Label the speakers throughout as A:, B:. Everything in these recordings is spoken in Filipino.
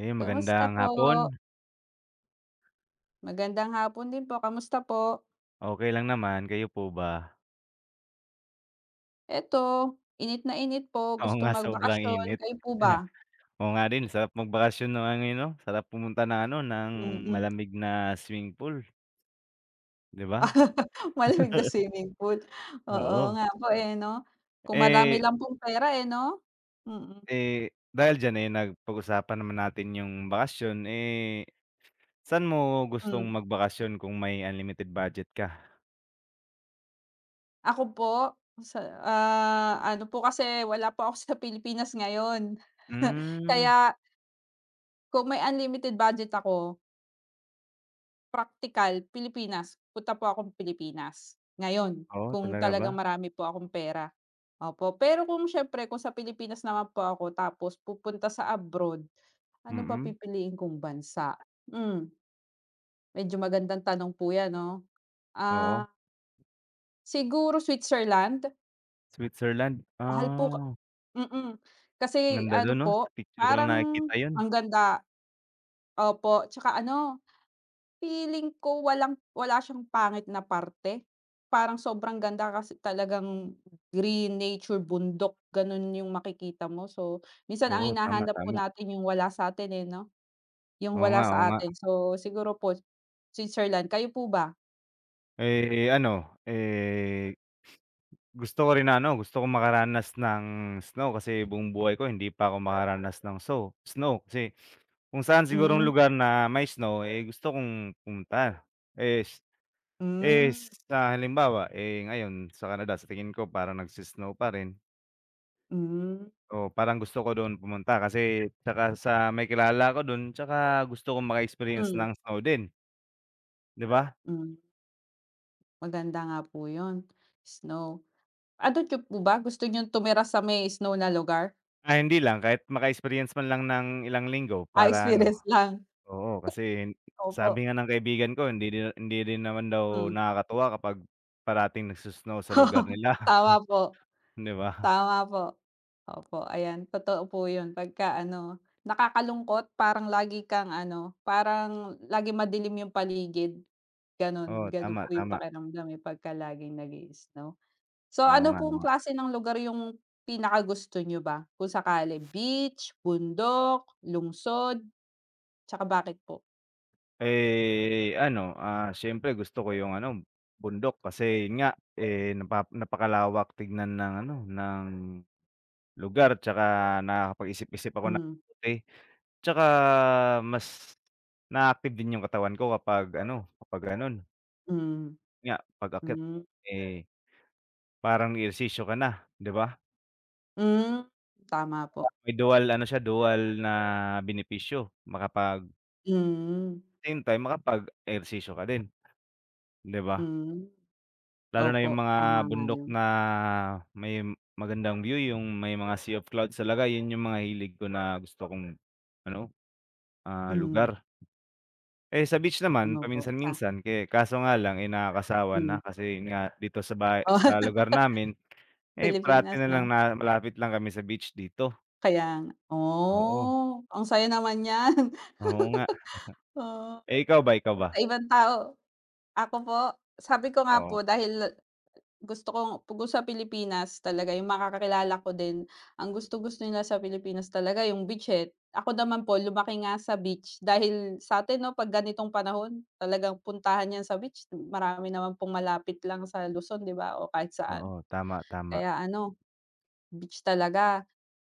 A: Eh,
B: Kamusta
A: magandang
B: po?
A: hapon.
B: Magandang hapon din po, kamusta po?
A: Okey lang naman, kayo po ba?
B: Eto, init na init po,
A: Oo nga,
B: gustong
A: sobrang
B: magbakasyon,
A: init.
B: kayo po ba?
A: Oo nga din, sarap magbakasyon ng ano, eh, 'no? Sarap pumunta ng ano, ng
B: Mm.
A: malamig na swimming pool, 'di ba?
B: Malamig na swimming pool, oo
A: Oo.
B: nga po, eh, 'no? Kung madami
A: Eh
B: lang pong pera, eh, 'no? Mm,
A: eh, dahil diyan, eh, napag-usapan naman natin yung bakasyon, eh, saan mo gustong
B: hmm.
A: magbakasyon kung may unlimited budget ka?
B: Ako po, sa ano po kasi wala po ako sa Pilipinas ngayon.
A: Hmm,
B: Kaya kung may unlimited budget ako, Praktikal Pilipinas, punta po akong Pilipinas ngayon
A: oo,
B: kung
A: talaga ba?
B: talagang marami po akong pera, opo. Pero kung siyempre kung sa Pilipinas naman po ako tapos pupunta sa abroad, ano ba
A: Mm,
B: pipiliin kong bansa? Hmm, Medyo magandang tanong po 'yan, 'no.
A: oo.
B: Ah, siguro Switzerland,
A: Switzerland,
B: mahal po ka
A: ah,
B: mm,
A: ang
B: kasi
A: ganda
B: ano
A: dun 'no?
B: po,
A: Sa picture ko lang
B: parang
A: nakikita yun.
B: ang ganda, opo, 'tsaka ano, feeling ko walang wala siyang pangit na parte. Parang sobrang ganda kasi talagang green, nature, bundok, gano'n yung makikita mo. So, minsan ang
A: Oo, tama,
B: hinahanap po
A: tama.
B: natin yung wala sa'tin, eh, 'no? Yung
A: Oo
B: wala
A: nga, oo
B: sa
A: nga.
B: atin. So, siguro po Switzerland. Kayo po ba?
A: Eh, ano, eh, gusto ko rin na ano, gusto ko makaranas ng snow kasi buong buhay ko hindi pa ako makaranas ng so snow. Kasi kung saan sigurong
B: Hmm,
A: lugar na may snow, eh, gusto kong pumunta. Es eh
B: hmm,
A: sa halimbawa, eh, ngayon sa Canada sa tingin ko parang nagsi pa rin.
B: hmm,
A: O parang gusto ko doon pumunta kasi 'tsaka sa may kilala ko do'n 'tsaka gusto kong maka-experience
B: hmm,
A: ng snow din, 'di ba?
B: hmm. Maganda nga po yun, snow. Ano niyo po ba, gusto niyong tumira sa may snow na lugar?
A: Ah, hindi lang kahit maka-experience man lang ng ilang linggo
B: Ah,
A: para ano
B: experience lang.
A: oo, kasi
B: Opo,
A: sabi nga ng kaibigan ko hindi rin naman daw
B: hmm.
A: nakakatuwa kapag parating nagso-snow sa lugar nila,
B: Tama po.
A: 'di ba?
B: Tama po. Opo, ayan totoo po 'yun pagka ano, nakakalungkot, parang lagi kang ano, parang lagi madilim 'yung paligid, gano'n.
A: Oo,
B: Gano'n po
A: tama,
B: 'yung
A: tama.
B: pakiramdam, eh, pagka laging nag-i-snow. So,
A: Oo
B: ano
A: nga, oo
B: pong
A: nga.
B: klase ng lugar 'yung pinakagusto nyo ba kung sakali, beach, bundok, lungsod, tsaka bakit po?
A: Eh, ano, ah, siyempre gusto ko yung ano, bundok kasi yun nga, eh, napakalawak tignan ng ano, ng lugar 'tsaka nakakapag-isip-isip ako ng
B: Hmm,
A: mabuti. Tsaka mas na-active din yung katawan ko kapag ano, kapag gano'n.
B: hmm,
A: Nga, pag-akyat,
B: hmm,
A: eh, parang ehersisyo ka na, 'di ba?
B: hmm, tama po.
A: May dual ano siya, dual na benepisyo, makapag
B: Hmm,
A: same time makapag-ehersisyo ka din, 'di ba?
B: hmm.
A: Lalo na
B: Opo,
A: yung mga
B: tama nga
A: bundok
B: 'yun.
A: na may magandang view, yung may mga sea of clouds talaga, yun yung mga hilig ko na gusto kong ano, ah,
B: Hmm,
A: lugar. Eh, sa beach naman
B: opo, tama.
A: paminsan-minsan ke kaso nga lang, eh, nakakasawa
B: Hmm.
A: na kasi yun nga dito sa bahay
B: Oh,
A: sa lugar namin, eh, parati
B: Pilipinas,
A: na
B: 'no?
A: lang na malapit lang kami sa beach dito.
B: Kaya nga.
A: Oo,
B: Oh, ang saya naman niyan.
A: oo nga.
B: Oo,
A: Eh, ikaw ba, ikaw ba?
B: sa ibang tao. Ako po, sabi ko nga
A: Oo,
B: po dahil gusto kong kung sa Pilipinas talaga yung makakakilala ko din, ang gusto gusto nila sa Pilipinas talaga yung beach, eh. Ako naman po lumaki nga sa beach dahil sa'tin, 'no, 'pag ganitong panahon talagang puntahan yan sa beach, marami naman pong malapit lang sa Luzon, 'di ba, o kahit saan.
A: oo, tama, tama.
B: Kaya ano, beach talaga.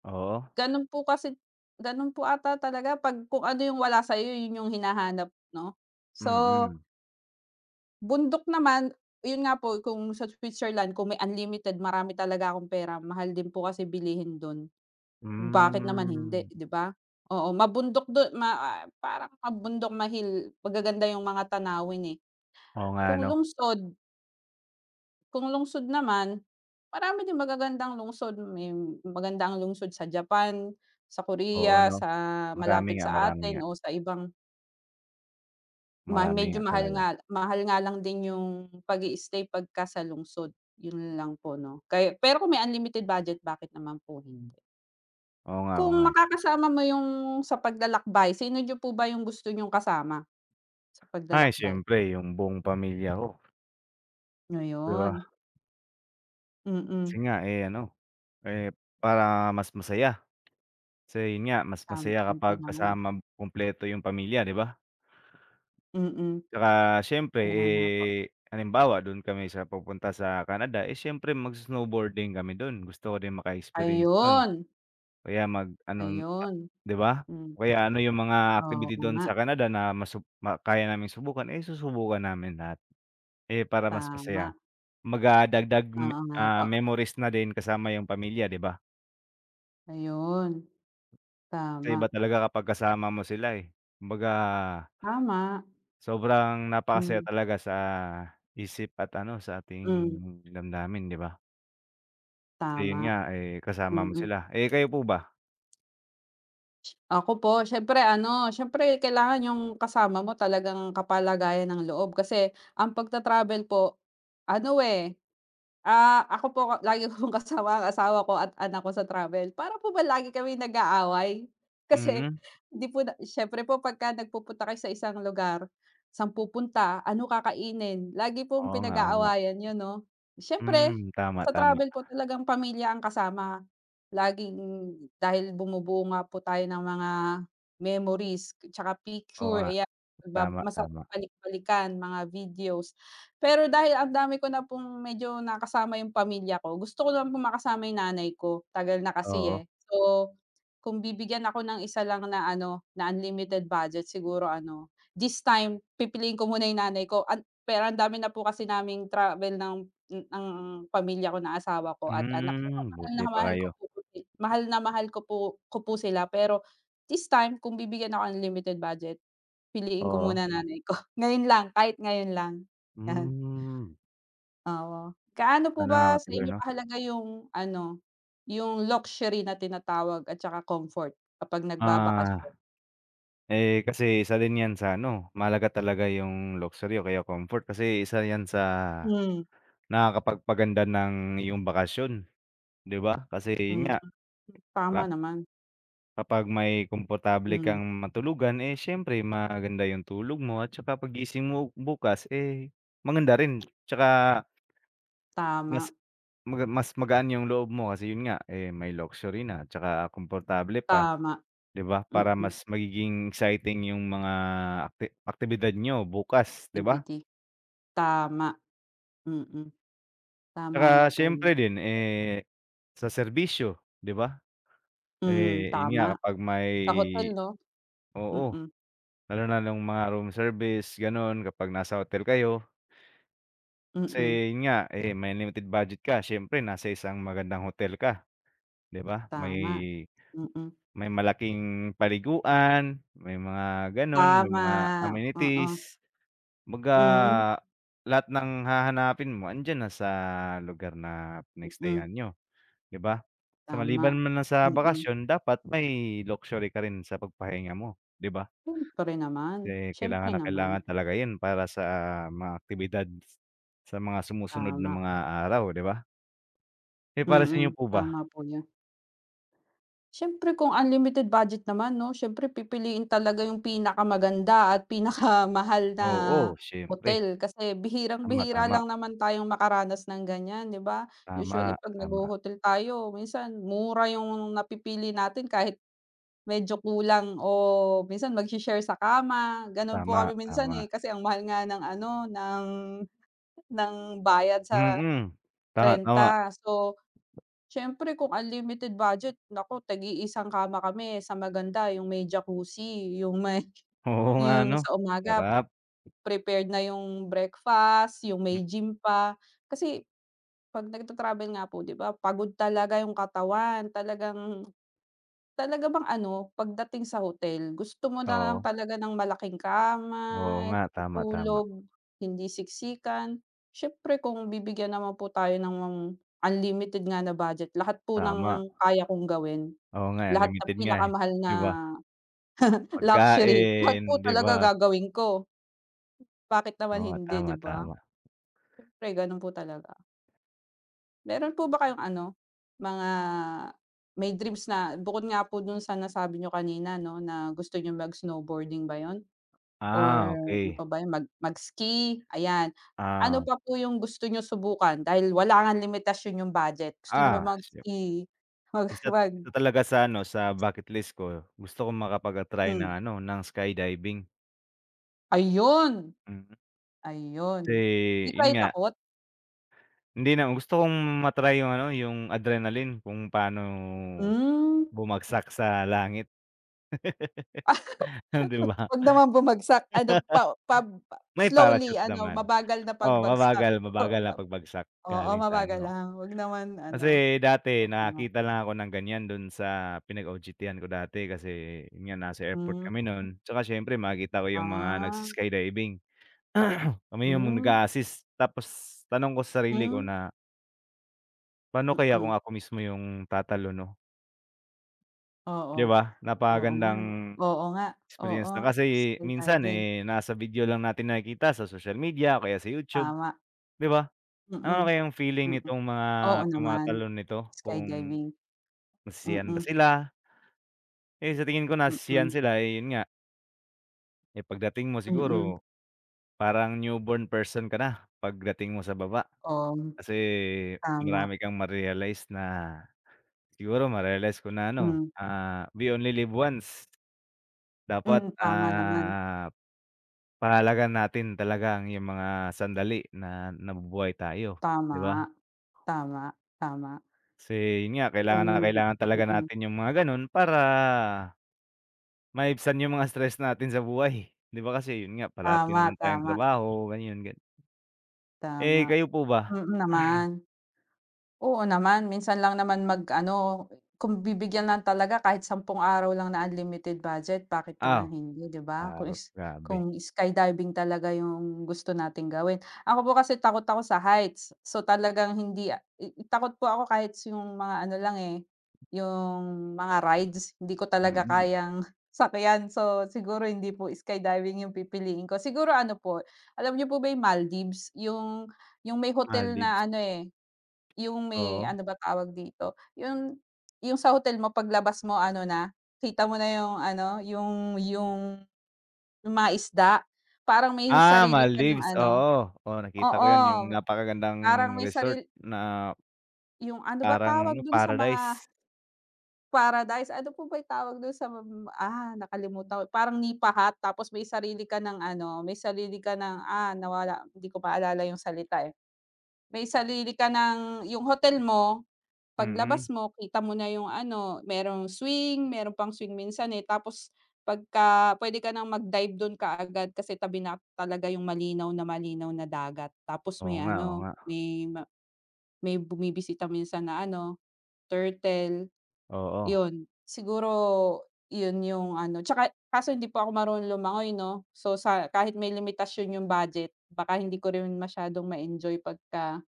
A: Oo,
B: Gano'n po kasi, gano'n po ata talaga 'pag kung ano yung wala sa'yo, yun yung hinahanap, 'no. So,
A: mm.
B: bundok naman, yun nga po kung sa Switzerland kung may unlimited, marami talaga akong pera, mahal din po kasi bilihin dun, bakit naman hindi,
A: Hmm,
B: 'di ba? Oo, mabundok dun, parang mabundok, mahil, magaganda yung mga tanawin, eh.
A: oo nga
B: Kung
A: 'no,
B: lungsod Kung lungsod naman, marami din magagandang lungsod, may maganda ang lungsod sa Japan, sa
A: oo
B: Korea,
A: 'no.
B: sa
A: Marami
B: malapit
A: nga,
B: sa
A: marami
B: atin
A: nga,
B: o sa ibang
A: marami
B: medyo,
A: nga
B: mahal
A: talaga.
B: nga mahal nga lang din yung pag-i-stay pagka sa lungsod, yun lang po, 'no. Kaya pero kung may unlimited budget, bakit naman po hindi?
A: Oo
B: Kung
A: nga, eh.
B: makakasama mo yung sa paglalakbay, sino niyo po ba yung gusto niyong kasama sa
A: Ay,
B: paglalakbay?
A: siyempre yung buong pamilya ko, 'di ba?
B: Ayun,
A: Kasi
B: mm,
A: nga, eh, ano, eh, para mas masaya. Kasi yun nga, mas masaya
B: siyempre
A: kapag
B: naman,
A: kasama kumpleto yung pamilya, 'di ba?
B: mm,
A: Tsaka siyempre,
B: kaya nga po.
A: eh, halimbawa dun kami sa pupunta sa Canada, eh, siyempre mag-snowboarding kami dun. Gusto ko din maka-experience nun.
B: Ayun.
A: Kaya mag-ano, ah,
B: Ayun,
A: 'di ba?
B: hmm,
A: Kaya ano yung mga
B: oo
A: activity dun
B: nga,
A: sa Canada na masu ma kaya naming subukan, eh, susubukan namin lahat, eh, para mas
B: tama,
A: masaya. Kumbaga me
B: oo nga
A: ah,
B: po,
A: memories na din kasama yung pamilya, 'di ba?
B: ayun,
A: Kasi
B: tama,
A: iba talaga kapag kasama mo sila, eh. Kumbaga
B: tama,
A: sobrang napakasaya
B: hmm,
A: talaga sa isip at ano, sa ating
B: hmm,
A: damdamin, 'di ba? Kasi yun
B: tama,
A: nga, eh, kasama mo
B: mm.
A: sila. Eh, kayo po ba?
B: Ako po siyempre ano, siyempre kailangan yung kasama mo talagang kapalagayan ng loob kasi ang pagta-travel po ano, eh, ako po lagi kong kasama ang asawa ko at anak ko sa travel. Para po ba lagi kaming nag-aaway? Kasi
A: Mm.
B: di po na siyempre po pagka nagpupunta kayo sa isang lugar, saan pupunta, ano kakainin, lagi pong
A: Oo nga, oo nga.
B: pinag-aawayan 'yun, 'no. Siyempre
A: Hmm, tama,
B: sa
A: tama.
B: travel po talagang pamilya ang kasama. Laging, dahil bumubuo nga po tayo ng mga memories, 'tsaka
A: Oo
B: picture,
A: nga,
B: ayan,
A: tama,
B: masarap
A: tama.
B: balik-balikan, mga videos. Pero dahil ang dami ko na pong medyo nakasama yung pamilya ko, gusto ko naman po makasama yung nanay ko, tagal na kasi,
A: Oo.
B: eh. So, kung bibigyan ako ng isa lang na ano, na unlimited budget, siguro ano, this time pipiliin ko muna yung nanay ko pero ang dami na po kasi naming travel ng pamilya ko na asawa ko at anak ko.
A: Hmm, buti pa kayo.
B: Mahal na mahal ko po, sila, pero this time kung bibigyan ako ng unlimited budget, piliin ko
A: Oo.
B: muna nanay ko. Ngayon lang, kahit ngayon lang, yan.
A: Hmm,
B: Oo. Gaano po
A: sana
B: ba
A: nga
B: sa
A: matuloy
B: inyo
A: 'no?
B: kahalaga yung ano, yung luxury na tinatawag at saka comfort kapag nagbabakasyon?
A: Ah, eh, kasi isa din yan sa ano, mahalaga talaga yung luxury o kaya comfort kasi isa yan sa
B: Hmm,
A: nakakapagpaganda ng iyong bakasyon, 'di ba? Kasi yun
B: hmm.
A: nga,
B: Tama naman.
A: kapag may komportable
B: Hmm,
A: kang matulugan, eh, siyempre maganda yung tulog mo at saka paggising mo bukas, eh, maganda rin. Tsaka mas
B: tama,
A: mas magaan yung loob mo kasi yun nga, eh, may luxury na tsaka komportable pa,
B: tama,
A: 'di ba? Para
B: mm.
A: mas magiging exciting yung mga aktibidad niyo bukas, 'di ba?
B: CBT. Tama, mm. Tama nga
A: Tsaka
B: po
A: siyempre
B: yun.
A: din, eh, sa serbisyo, 'di ba?
B: Hmm,
A: Eh, yun nga
B: tama.
A: kapag may
B: Sa hotel, 'no?
A: oo,
B: Mm,
A: lalo na nung mga room service gano'n, kapag nasa hotel kayo. Kasi
B: mm.
A: yun nga, eh, may limited budget ka siyempre nasa isang magandang hotel ka, 'di ba? May
B: Tama, mm.
A: may malaking paliguan, may mga gano'n, may
B: Tama,
A: mga
B: oo.
A: amenities. Kumbaga
B: Hmm,
A: lahat ng hahanapin mo andiyan na sa lugar na
B: mm.
A: pinagstayhan nyo, 'di ba? So
B: Tama,
A: maliban man lang sa
B: mm.
A: bakasyon dapat may luxury ka rin sa pagpahinga mo, 'di ba?
B: Siyempre naman,
A: Kasi
B: siyempre
A: kailangan na
B: naman.
A: kailangan talaga 'yan para sa mga aktibidad sa mga sumusunod na
B: Tama.
A: mga araw, 'di ba? Eh, para sa
B: Mm,
A: inyo po ba?
B: tama po 'yan. Siyempre kung unlimited budget naman, 'no, siyempre pipiliin talaga yung pinakamaganda at pinakamahal na
A: Oo, siyempre.
B: hotel kasi
A: Tama,
B: bihirang-bihira
A: tama,
B: lang naman tayong makaranas ng ganyan, 'di ba?
A: tama,
B: Usually 'pag
A: tama,
B: nagho-hotel tayo minsan mura yung napipili natin kahit medyo kulang o minsan magshi-share sa kama, gano'n po
A: tama,
B: kami minsan,
A: tama.
B: eh, kasi ang mahal nga ng ano, ng bayad sa
A: Mm. Tama, tama.
B: renta. So, siyempre kung unlimited budget, naku, tagi isang kama kami, eh, sa maganda yung may jacuzzi, yung may
A: Oo nga
B: yung
A: 'no,
B: sa umaga
A: sarap.
B: prepared na yung breakfast, yung
A: Hmm,
B: may gym pa. Kasi 'pag nagta-travel nga po, 'di ba, pagod talaga yung katawan, talaga bang ano, pagdating sa hotel gusto mo na lang
A: oo.
B: talaga ng malaking kama,
A: Oo nga, tama, tama,
B: tutulog, hindi siksikan. Siyempre kung bibigyan naman po tayo ng unlimited nga na budget, lahat po
A: tama.
B: ng kaya kong gawin,
A: Oo nga,
B: lahat ng
A: limited nga, eh,
B: pinakamahal na
A: 'di ba?
B: luxury, lahat
A: Pagkain,
B: po
A: 'di
B: talaga
A: ba?
B: gagawin ko. Bakit naman
A: Oo nga,
B: hindi,
A: tama,
B: 'di ba?
A: tama.
B: Siyempre gano'n po talaga. Meron po ba kayong ano, mga may dreams na bukod nga po dun sa nasabi niyo kanina, 'no, na gusto niyong mag-snowboarding ba yun
A: Ah,
B: or ano
A: okey.
B: pa ba yun, mag-ski, ayan.
A: Ah,
B: Ano pa po yung gusto niyo subukan dahil wala ngang limitasyon yung budget? Gusto niyo ba
A: ah, siya
B: mag-ski, mag
A: isa
B: mag
A: isa talaga sa ano, sa bucket list ko, gusto kong makapag-a-try
B: hmm,
A: ng ano, ng skydiving.
B: ayun,
A: Mm. Kasi
B: ayun. 'Di
A: yun
B: kayo
A: nga
B: takot?
A: hindi naman, gusto kong ma-try yung ano, yung adrenaline kung paano
B: Hmm.
A: bumagsak sa langit, 'di ba?
B: Wag naman bumagsak, ano pa
A: May
B: slowly,
A: parachute
B: ano,
A: naman.
B: mabagal na
A: Oo,
B: pagbagsak,
A: mabagal,
B: oo.
A: mabagal na pagbagsak
B: Oo,
A: galing sa
B: mabagal
A: ano.
B: lang, 'wag naman ano,
A: Kasi dati
B: oo nga.
A: nakakita lang ako ng ganyan dun sa pinag-OJT-an ko dati kasi yun nga nasa airport
B: Hmm,
A: kami nun, tsaka siyempre makikita ko yung mga
B: ah,
A: nagsi-skydiving. Kami yung
B: hmm,
A: nag-a-assist tapos tanong ko sa sarili ko
B: hmm,
A: na, "Paano kaya
B: mm.
A: kung ako mismo yung tatalo 'no?"
B: Oo,
A: 'Di ba,
B: oo nga,
A: napakagandang
B: 'no, oo nga, oo,
A: experience na kasi minsan,
B: skydiving,
A: eh, nasa video lang natin nakikita sa social media o kaya sa YouTube,
B: tama,
A: 'di ba? Ano
B: mm,
A: kayang feeling
B: mm.
A: nitong mga
B: Oo naman,
A: tumatalon nito kung
B: skydiving,
A: nasisiyahan ba
B: mm,
A: sila? Eh, sa tingin ko nasisiyahan
B: mm,
A: sila, eh, yun nga, eh, pagdating mo
B: mm,
A: siguro parang newborn person ka na pagdating mo sa baba.
B: oo,
A: Kasi
B: tama,
A: marami kang ma-realize na siguro ma-realize ko na ano,
B: hmm,
A: ah, we only live once. Dapat,
B: hmm, tama naman,
A: ah pahalagahan natin talagang yung mga sandali na nabubuhay tayo, 'di ba?
B: tama, tama, tama,
A: Kasi yun nga, kailangan
B: kung
A: na kailangan talaga
B: mm,
A: natin yung mga ganun para maibsan yung mga stress natin sa buhay. 'Di ba kasi yun nga, parati na
B: tama,
A: lang tayong
B: tama,
A: trabaho, ganyan, gan
B: tama,
A: eh, kayo po ba?
B: naman. Oo naman, minsan lang naman mag-ano, kung bibigyan lang talaga kahit 10 araw lang na unlimited budget, bakit
A: Ah,
B: naman hindi, 'di ba?
A: araw, grabe,
B: Kung skydiving talaga yung gusto nating gawin. Ako po kasi takot ako sa heights, so talagang hindi takot po ako kahit yung mga ano lang, eh, yung mga rides, hindi ko talaga
A: mm.
B: kayang sakyan. So, siguro hindi po skydiving yung pipiliin ko. Siguro ano po, alam niyo po ba yung Maldives? Yung may hotel
A: Maldives,
B: na ano, eh, yung may
A: oo.
B: ano ba tawag dito, yung sa hotel mo paglabas mo ano na, kita mo na yung ano, yung yung mga isda. Parang may
A: Ah,
B: sarili ka ng
A: Maldives,
B: ano,
A: oo. Oo, nakita ko
B: oo,
A: yun, yung napakagandang
B: parang may
A: resort
B: sarili
A: na
B: yung ano ba
A: parang
B: tawag
A: ano,
B: dun sa mga
A: paradise.
B: paradise, ano po ba yung tawag dun sa nakalimutan ko, parang nipa hut tapos may sarili ka ng ano, may sarili ka ng, nawala, hindi ko maalala yung salita, eh. May sarili ka ng yung hotel mo.
A: Mm,
B: Paglabas mo kita mo na yung ano, merong swing, meron pang swing minsan, eh, tapos pagka puwede ka ng mag-dive dun kaagad kasi tabi na talaga yung malinaw na dagat. Tapos
A: oo
B: may
A: nga, oo
B: ano,
A: nga,
B: may bumibisita minsan na ano, turtle,
A: oo.
B: yun. Siguro yun yung ano, tsaka kaso hindi pa ako marunong lumangoy, 'no, so kahit may limitasyon yung budget baka hindi ko rin masyadong ma-enjoy pagka,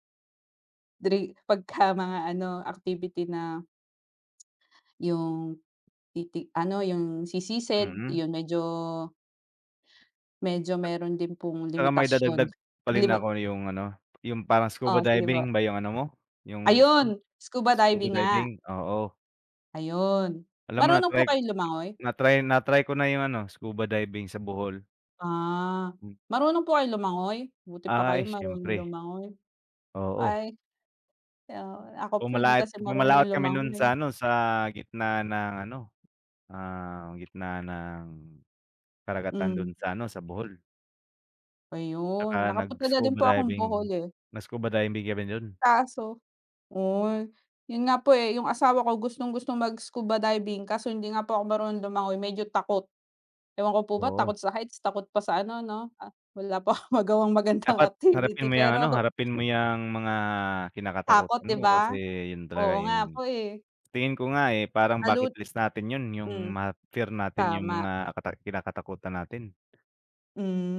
B: pagka mga ano, activity na yung, ano yung sisisid,
A: Mm,
B: yun medyo medyo meron din pong
A: tsaka
B: limitasyon.
A: maidadagdag pa rin
B: Limi
A: ako yung ano, yung parang scuba
B: Oo, sige po.
A: diving ba yung ano mo, yung
B: Ayun,
A: gusto mo?
B: scuba
A: Scuba
B: diving nga,
A: diving, oo.
B: ayun.
A: Alam mo
B: Marunong po
A: na-try
B: kayong lumangoy?
A: na-try na-try ko na yung ano, scuba diving sa Bohol.
B: Ah,
A: Hmm.
B: marunong po kayong lumangoy? Buti pa kayo
A: Ay
B: marunong
A: siyempre,
B: lumangoy.
A: oo.
B: Ay, oo, ako po hindi
A: Pumalait
B: kasi marunong
A: pumalaut kami nun sa
B: lumangoy.
A: ano, sa gitna ng ano, ah, gitna ng karagatan dun
B: Hmm,
A: sa ano, sa Bohol.
B: ayun.
A: Tsaka
B: Nakapunta na din po akong Bohol, eh,
A: nag-scuba diving kami dun,
B: kaso uy, yun nga po, eh, yung asawa ko gustong-gusto mag-scuba diving kaso hindi nga po ako marunong lumangoy, medyo takot. Ewan ko po ba, takot
A: oo.
B: sa heights, takot pa sa ano, 'no, wala pa akong magawang magandang
A: Dapat harapin
B: activity
A: mo yang
B: pero
A: ano, harapin mo yang mga
B: takot,
A: kinakatakutan
B: 'di
A: mo
B: ba?
A: kasi yun talaga
B: Oo nga po,
A: yung
B: eh,
A: tingin ko nga, eh, parang
B: nalu
A: bucket list natin yun yung
B: hmm,
A: ma-fear natin yung
B: tama.
A: mga kinakatakutan natin,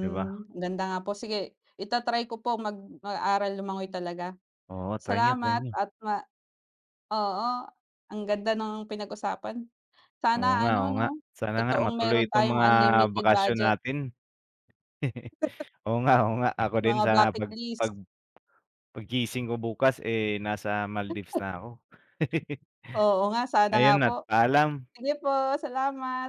A: 'di ba?
B: ganda nga po, sige ita-try ko po mag-aral lumangoy talaga.
A: Oo, try niyo, try
B: Salamat
A: niyo.
B: at ma Oo, ang ganda ng pinag-usapan.
A: Oo
B: Sana
A: nga, oo
B: ano, 'no,
A: nga. Sana nga
B: totoong
A: matuloy
B: meron
A: itong
B: tayong
A: mga
B: unlimited
A: bakasyon
B: budget,
A: natin. Oo nga, oo nga. Ako din
B: mga
A: sana
B: bucket
A: pag
B: list.
A: pag paggising ko bukas, eh, nasa Maldives na ako.
B: Oo nga, sana nga
A: Ayun
B: po.
A: at paalam.
B: Sige po, salamat.